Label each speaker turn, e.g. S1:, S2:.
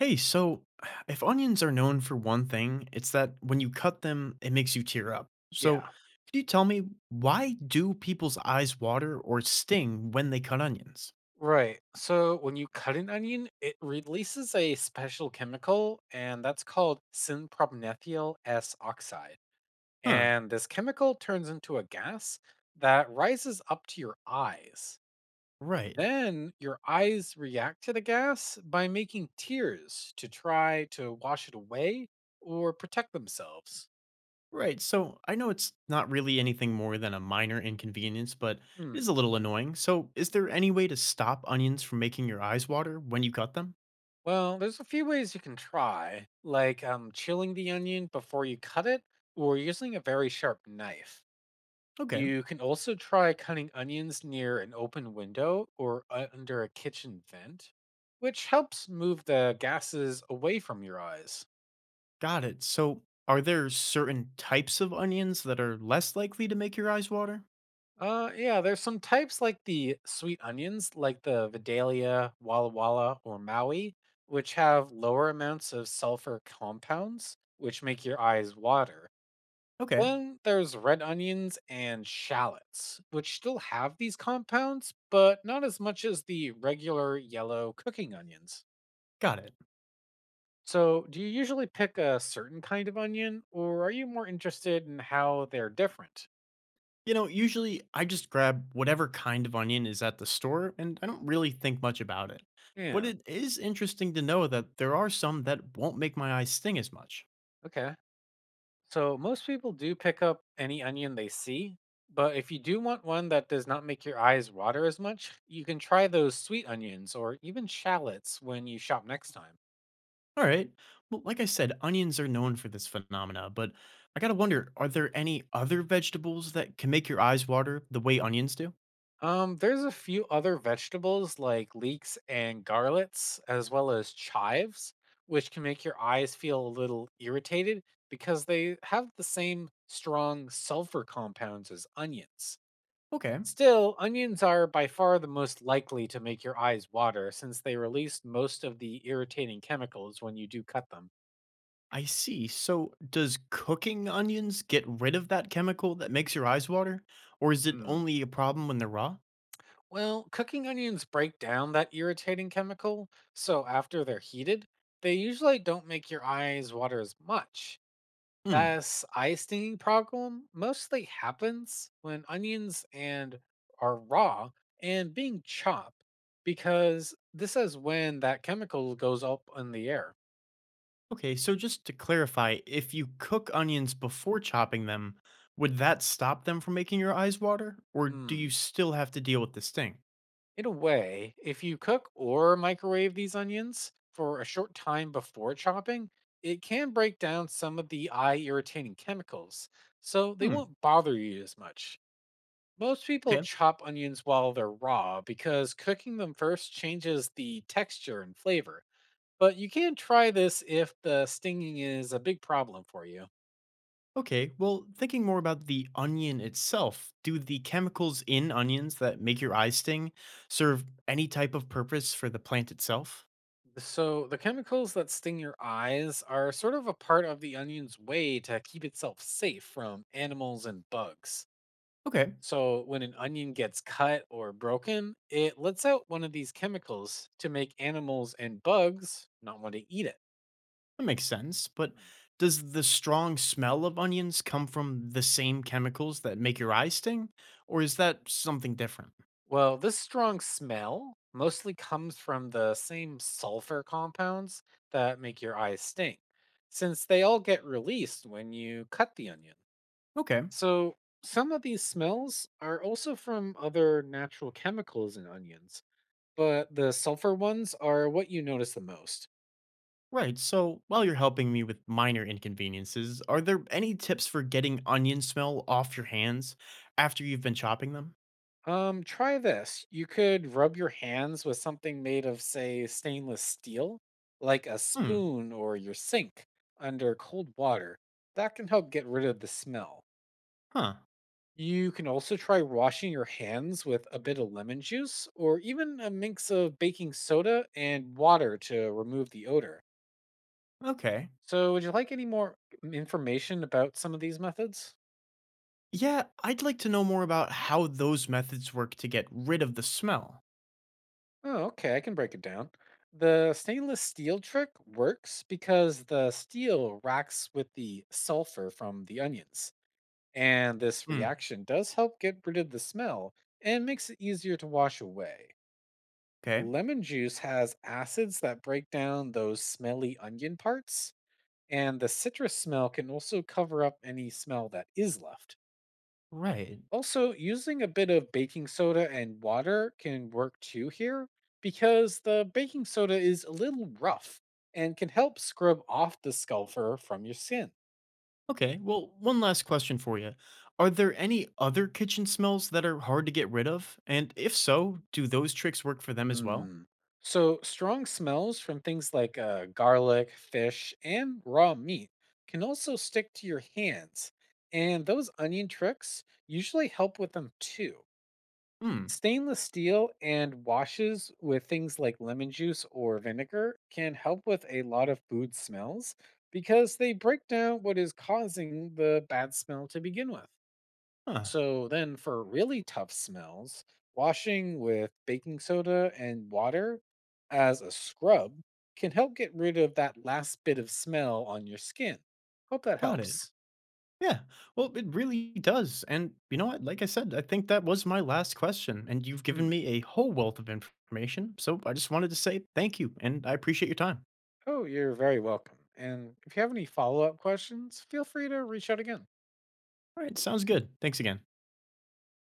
S1: Hey, so if onions are known for one thing, it's that when you cut them, it makes you tear up. So,
S2: Yeah.
S1: could you tell me why do people's eyes water or sting when they cut onions?
S2: Right. So when you cut an onion, it releases a special chemical, and that's called synproponethyl S oxide.
S1: Huh,
S2: And this chemical turns into a gas that rises up to your eyes.
S1: right.
S2: Then your eyes react to the gas by making tears to try to wash it away or protect themselves.
S1: Right. So, I know it's not really anything more than a minor inconvenience, but it
S2: Hmm.
S1: is a little annoying. So, is there any way to stop onions from making your eyes water when you cut them?
S2: Well, there's a few ways you can try, like chilling the onion before you cut it or using a very sharp knife.
S1: Okay,
S2: You can also try cutting onions near an open window or under a kitchen vent, which helps move the gases away from your eyes.
S1: got it. So, are there certain types of onions that are less likely to make your eyes water?
S2: Yeah, there's some types like the sweet onions, like the Vidalia, Walla Walla, or Maui, which have lower amounts of sulfur compounds, which make your eyes water.
S1: Okay,
S2: Then there's red onions and shallots, which still have these compounds, but not as much as the regular yellow cooking onions.
S1: got it.
S2: So, do you usually pick a certain kind of onion, or are you more interested in how they're different?
S1: Usually I just grab whatever kind of onion is at the store and I don't really think much about it. But
S2: Yeah,
S1: it is interesting to know that there are some that won't make my eyes sting as much.
S2: okay. So, most people do pick up any onion they see, but if you do want one that does not make your eyes water as much, you can try those sweet onions or even shallots when you shop next time.
S1: All right. Well, like I said, onions are known for this phenomena, but I gotta wonder are there any other vegetables that can make your eyes water the way onions do?
S2: There's a few other vegetables like leeks and garlets, as well as chives, which can make your eyes feel a little irritated because they have the same strong sulfur compounds as onions.
S1: Okay,
S2: Still, onions are by far the most likely to make your eyes water since they release most of the irritating chemicals when you do cut them.
S1: I see. So, does cooking onions get rid of that chemical that makes your eyes water? Or is it
S2: Hmm.
S1: only a problem when they're raw?
S2: Well, cooking onions break down that irritating chemical, so after they're heated, they usually don't make your eyes water as much.
S1: Hmm.
S2: This eye stinging problem mostly happens when onions and are raw and being chopped, because this is when that chemical goes up in the air.
S1: Okay, so just to clarify, if you cook onions before chopping them, would that stop them from making your eyes water? Or do you
S2: Hmm.
S1: still have to deal with the sting?
S2: In a way, if you cook or microwave these onions for a short time before chopping, it can break down some of the eye irritating chemicals, so they
S1: Hmm,
S2: won't bother you as much. Most people
S1: okay.
S2: chop onions while they're raw because cooking them first changes the texture and flavor. But you can try this if the stinging is a big problem for you.
S1: Okay, well, thinking more about the onion itself, do the chemicals in onions that make your eyes sting serve any type of purpose for the plant itself?
S2: So, the chemicals that sting your eyes are sort of a part of the onion's way to keep itself safe from animals and bugs.
S1: Okay,
S2: So, when an onion gets cut or broken, it lets out one of these chemicals to make animals and bugs not want to eat it.
S1: that makes sense, but
S2: Hmm.
S1: does the strong smell of onions come from the same chemicals that make your eyes sting? Or is that something different?
S2: Well, this strong smell mostly comes from the same sulfur compounds that make your eyes sting, since they all get released when you cut the onion.
S1: Okay.
S2: So, some of these smells are also from other natural chemicals in onions, but the sulfur ones are what you notice the most.
S1: Right. So while you're helping me with minor inconveniences, are there any tips for getting onion smell off your hands after you've been chopping them?
S2: Try this. You could rub your hands with something made of, say, stainless steel, like a
S1: Hmm.
S2: spoon or your sink, under cold water. That can help get rid of the smell.
S1: Huh.
S2: You can also try washing your hands with a bit of lemon juice or even a mix of baking soda and water to remove the odor.
S1: Okay.
S2: So, would you like any more information about some of these methods?
S1: Yeah, I'd like to know more about how those methods work to get rid of the smell.
S2: Oh, okay, I can break it down. The stainless steel trick works because the steel reacts with the sulfur from the onions, and this
S1: Hmm.
S2: reaction does help get rid of the smell and makes it easier to wash away.
S1: Okay.
S2: Lemon juice has acids that break down those smelly onion parts, and the citrus smell can also cover up any smell that is left.
S1: Right.
S2: Also, using a bit of baking soda and water can work too here because the baking soda is a little rough and can help scrub off the skull fur from your skin.
S1: Okay. Well, one last question for you. Are there any other kitchen smells that are hard to get rid of? And if so, do those tricks work for them as well?
S2: Hmm. So, strong smells from things like garlic, fish, and raw meat can also stick to your hands, and those onion tricks usually help with them too.
S1: Hmm.
S2: Stainless steel and washes with things like lemon juice or vinegar can help with a lot of food smells because they break down what is causing the bad smell to begin with.
S1: Huh.
S2: So, then for really tough smells, washing with baking soda and water as a scrub can help get rid of that last bit of smell on your skin. Hope that
S1: Got it.
S2: helps.
S1: Yeah. Well, it really does. And you know what? Like I said, I think that was my last question. And you've given
S2: Hmm.
S1: me a whole wealth of information. So I just wanted to say thank you. And I appreciate your time.
S2: Oh, you're very welcome. And if you have any follow up questions, feel free to reach out again.
S1: All right. Sounds good. Thanks again.